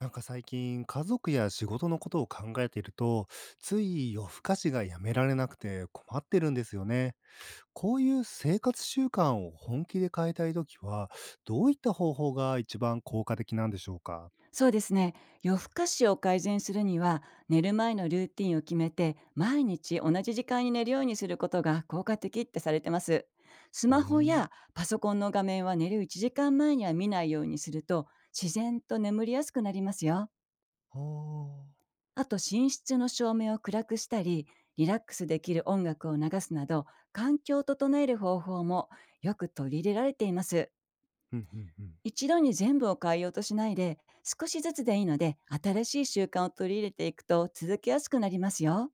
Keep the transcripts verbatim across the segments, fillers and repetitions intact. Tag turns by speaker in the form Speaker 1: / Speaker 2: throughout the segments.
Speaker 1: なんか最近、家族や仕事のことを考えていると、つい夜更かしがやめられなくて困ってるんですよね。こういう生活習慣を本気で変えたいときは、どういった方法が一番効果的なんでしょうか？
Speaker 2: そうですね。夜更かしを改善するには、寝る前のルーティンを決めて、毎日同じ時間に寝るようにすることが効果的ってされてます。ス
Speaker 1: うー
Speaker 2: マホ
Speaker 1: ん。
Speaker 2: やパソコンの画面は寝るいちじかんまえには見ないようにすると、自然と眠りやすくなりますよ。
Speaker 1: ああ。
Speaker 2: あと、寝室の照明を暗くしたり、リラックスできる音楽を流すなど、環境を整える方法もよく取り入れられています。
Speaker 1: うんうんうん。
Speaker 2: 一度に全部を変えようとしないで、少しずつでいいので、新しい習慣を取り入れていくと続けやすくなりますよ。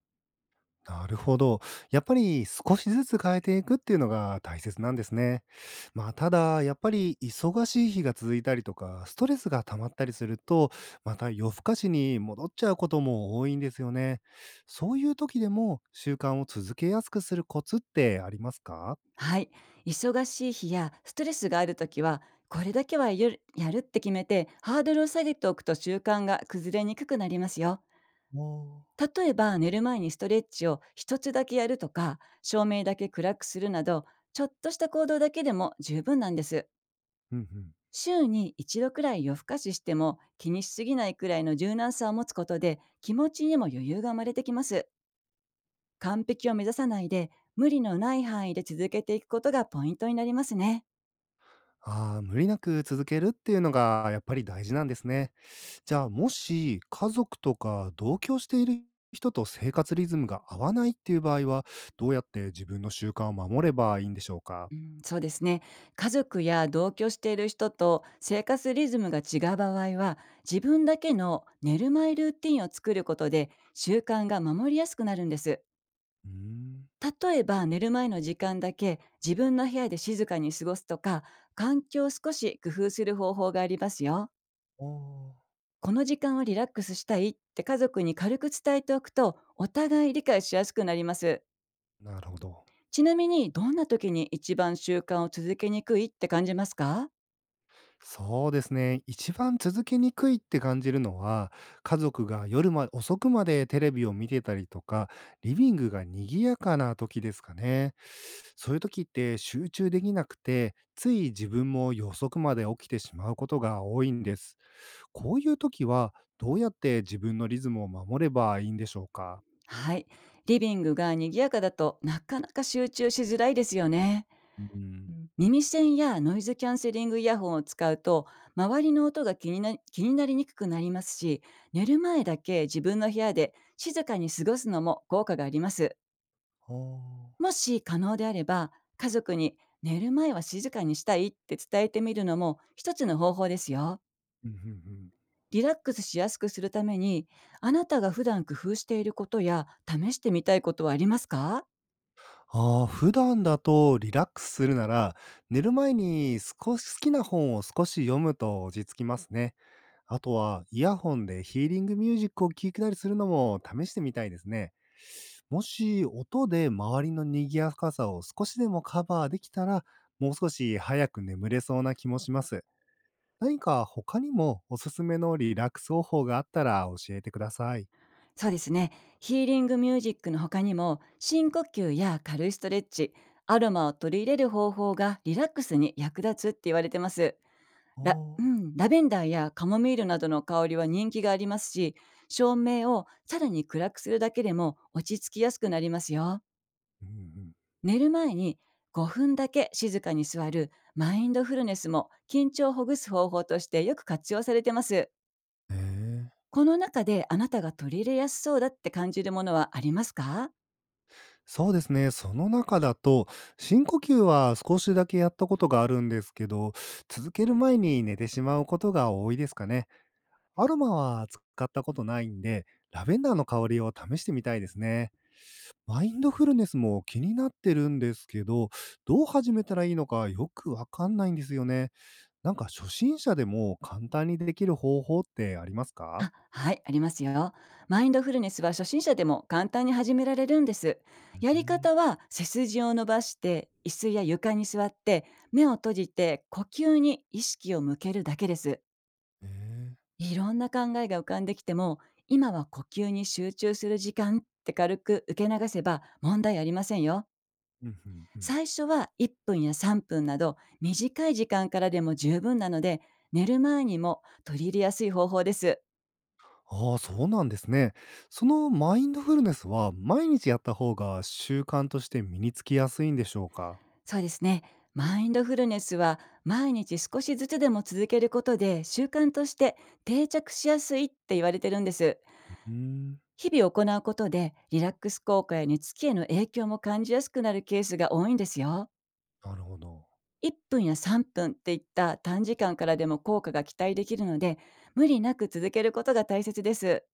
Speaker 1: なるほど。やっぱり少しずつ変えていくっていうのが大切なんですね。まあ、ただ、やっぱり忙しい日が続いたりとか、ストレスが溜まったりすると、また夜更かしに戻っちゃうことも多いんですよね。そういう時でも習慣を続けやすくするコツってありますか？
Speaker 2: はい。忙しい日やストレスがあるときは、これだけはやるやるって決めて、ハードルを下げておくと習慣が崩れにくくなりますよ。
Speaker 1: お
Speaker 2: 例えば、寝る前にストレッチを一つだけやるとか、照明だけ暗くするなど、ちょっとした行動だけでも十分なんです。
Speaker 1: ーうんうん。
Speaker 2: 週に一度くらい夜更かししても気にしすぎないくらいの柔軟さを持つことで気持ちにも余裕が生まれてきます。完璧を目指さないで無理のない範囲で続けていくことがポイントになりますね。
Speaker 1: ああ、無理なく続けるっていうのがやっぱり大事なんですね。じゃあもし家族とか同居している人と生活リズムが合わないっていう場合は、どうやって自分の習慣を守ればいいんでしょうか？
Speaker 2: うん、そうですね。家族や同居している人と生活リズムが違う場合は、自分だけの寝る前ルーティンを作ることで習慣が守りやすくなるんです。
Speaker 1: うーん。
Speaker 2: 例えば寝る前の時間だけ自分の部屋で静かに過ごすとか、環境を少し工夫する方法がありますよ。
Speaker 1: ああ、
Speaker 2: この時間はリラックスしたいって家族に軽く伝えておくと、お互い理解しやすくなります。
Speaker 1: なるほど。
Speaker 2: ちなみに、どんな時に一番習慣を続けにくいって感じますか？
Speaker 1: そうですね。一番続けにくいって感じるのは、家族が夜ま遅くまでテレビを見てたりとか、リビングが賑やかな時ですかね。そういう時って集中できなくて、つい自分も夜遅くまで起きてしまうことが多いんです。こういう時は、どうやって自分のリズムを守ればいいんでしょうか？
Speaker 2: はい。リビングが賑やかだとなかなか集中しづらいですよね。
Speaker 1: う
Speaker 2: う
Speaker 1: ん。
Speaker 2: ん、耳栓やノイズキャンセリングイヤホンを使うと、周りの音が気にな気になりにくくなりますし、寝る前だけ自分の部屋で静かに過ごすのも効果があります。
Speaker 1: ああ。
Speaker 2: もし可能であれば、家族に寝る前は静かにしたいって伝えてみるのも一つの方法ですよ。
Speaker 1: うんうんうん。
Speaker 2: リラックスしやすくするために、あなたが普段工夫していることや試してみたいことはありますか？
Speaker 1: ああ、普段だとリラックスするなら、寝る前に少し好きな本を少し読むと落ち着きますね。あとは、イヤホンでヒーリングミュージックを聴くなりするのも試してみたいですね。もし、音で周りの賑やかさを少しでもカバーできたら、もう少し早く眠れそうな気もします。何か他にもおすすめのリラックス方法があったら教えてください。
Speaker 2: そうですね。ヒーリングミュージックの他にも、深呼吸や軽いストレッチ、アロマを取り入れる方法がリラックスに役立つって言われてます。ラ,、う
Speaker 1: おあ、
Speaker 2: ん、ラベンダーやカモミールなどの香りは人気がありますし、照明をさらに暗くするだけでも落ち着きやすくなりますよ。
Speaker 1: うんうん。
Speaker 2: 寝る前にごふんだけ静かに座るマインドフルネスも、緊張をほぐす方法としてよく活用されてます。
Speaker 1: へえ。
Speaker 2: この中であなたが取り入れやすそうだって感じるものはありますか？
Speaker 1: そうですね。その中だと、深呼吸は少しだけやったことがあるんですけど、続ける前に寝てしまうことが多いですかね。アロマは使ったことないんで、ラベンダーの香りを試してみたいですね。マインドフルネスも気になってるんですけど、どう始めたらいいのかよくわかんないんですよね。なんか初心者でも簡単にできる方法ってありますか？
Speaker 2: あ、はい、ありますよ。マインドフルネスは初心者でも簡単に始められるんです。
Speaker 1: う
Speaker 2: やり
Speaker 1: ん、
Speaker 2: 方は、背筋を伸ばして、椅子や床に座って、目を閉じて呼吸に意識を向けるだけです。
Speaker 1: えー
Speaker 2: いろんな考えが浮かんできても、今は呼吸に集中する時間って軽く受け流せば問題ありませんよ。
Speaker 1: うんうんうん。
Speaker 2: 最初はいっぷんやさんぷんなど短い時間からでも十分なので、寝る前にも取り入れやすい方法です。
Speaker 1: ああ、そうなんですね。そのマインドフルネスは毎日やった方が習慣として身につきやすいんでしょうか？
Speaker 2: そうですね。マインドフルネスは毎日少しずつでも続けることで、習慣として定着しやすいって言われてるんです。
Speaker 1: うーん。
Speaker 2: 日々行うことでリラックス効果や寝つきへの影響も感じやすくなるケースが多いんですよ。
Speaker 1: なるほど。
Speaker 2: いっぷんやさんぷんっていった短時間からでも効果が期待できるので、無理なく続けることが大切です。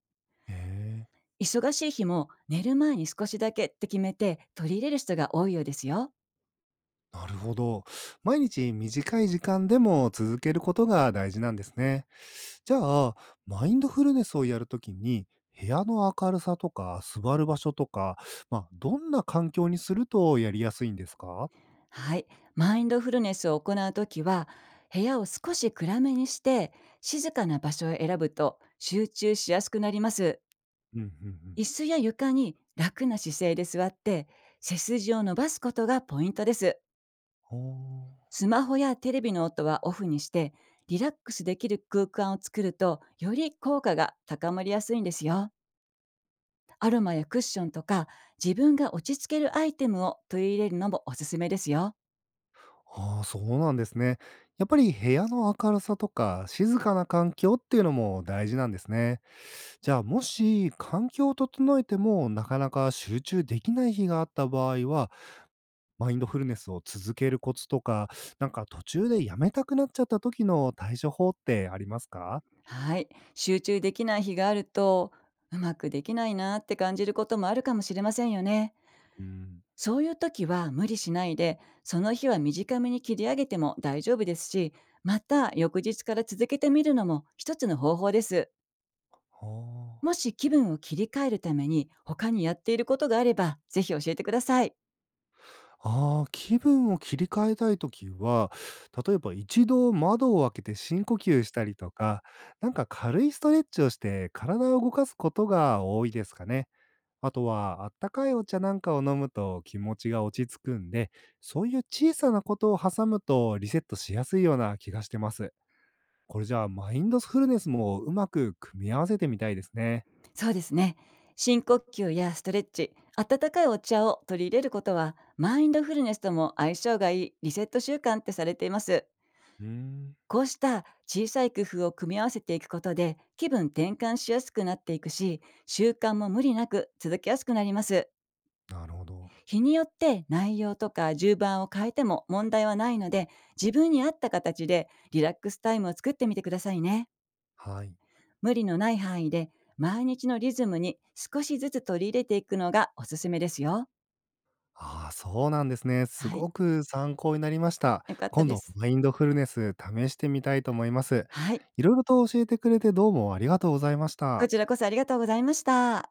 Speaker 1: ええ、
Speaker 2: 忙しい日も寝る前に少しだけって決めて取り入れる人が多いようですよ。
Speaker 1: なるほど。毎日短い時間でも続けることが大事なんですね。じゃあ、マインドフルネスをやるときに、部屋の明るさとか座る場所とか、まあ、どんな環境にするとやりやすいんですか？
Speaker 2: はい。マインドフルネスを行うときは、部屋を少し暗めにして、静かな場所を選ぶと集中しやすくなります。
Speaker 1: うん、うんうん。
Speaker 2: 椅子や床に楽な姿勢で座って、背筋を伸ばすことがポイントです。
Speaker 1: はあ。
Speaker 2: スマホやテレビの音はオフにして、リラックスできる空間を作ると、より効果が高まりやすいんですよ。アロマやクッションとか、自分が落ち着けるアイテムを取り入れるのもおすすめですよ。
Speaker 1: ああ、そうなんですね。やっぱり部屋の明るさとか静かな環境っていうのも大事なんですね。じゃあもし環境を整えてもなかなか集中できない日があった場合は、マインドフルネスを続けるコツとか、なんか途中でやめたくなっちゃった時の対処法ってありますか？
Speaker 2: はい。集中できない日があると、うまくできないなって感じることもあるかもしれませんよね。
Speaker 1: うん
Speaker 2: そういう時は無理しないで、その日は短めに切り上げても大丈夫ですし、また翌日から続けてみるのも一つの方法です。
Speaker 1: は
Speaker 2: も
Speaker 1: あ。
Speaker 2: し気分を切り替えるために他にやっていることがあれば、ぜひ教えてください。
Speaker 1: ああ、気分を切り替えたいときは、例えば一度窓を開けて深呼吸したりとか、なんか軽いストレッチをして体を動かすことが多いですかね。あとは、あったかいお茶なんかを飲むと気持ちが落ち着くんで、そういう小さなことを挟むとリセットしやすいような気がしてます。これじゃあ、マインドフルネスもうまく組み合わせてみたいですね。
Speaker 2: そうですね。深呼吸やストレッチ、温かいお茶を取り入れることは、マインドフルネスとも相性がいいリセット習慣ってされています。
Speaker 1: うーん、
Speaker 2: こうした小さい工夫を組み合わせていくことで、気分転換しやすくなっていくし、習慣も無理なく続けやすくなります。
Speaker 1: なるほど。
Speaker 2: 日によって内容とか順番を変えても問題はないので、自分に合った形でリラックスタイムを作ってみてくださいね。
Speaker 1: はい。
Speaker 2: 無理のない範囲で、毎日のリズムに少しずつ取り入れていくのがおすすめですよ。
Speaker 1: ああ、そうなんですね。す
Speaker 2: はい、
Speaker 1: ごく参考になりました。
Speaker 2: よかった
Speaker 1: 今
Speaker 2: で
Speaker 1: 度、
Speaker 2: す。
Speaker 1: マインドフルネス試してみたいと思います。
Speaker 2: はい、
Speaker 1: いろいろと教えてくれてどうもありがとうございまし
Speaker 2: こ
Speaker 1: た。
Speaker 2: ちらこそありがとうございました。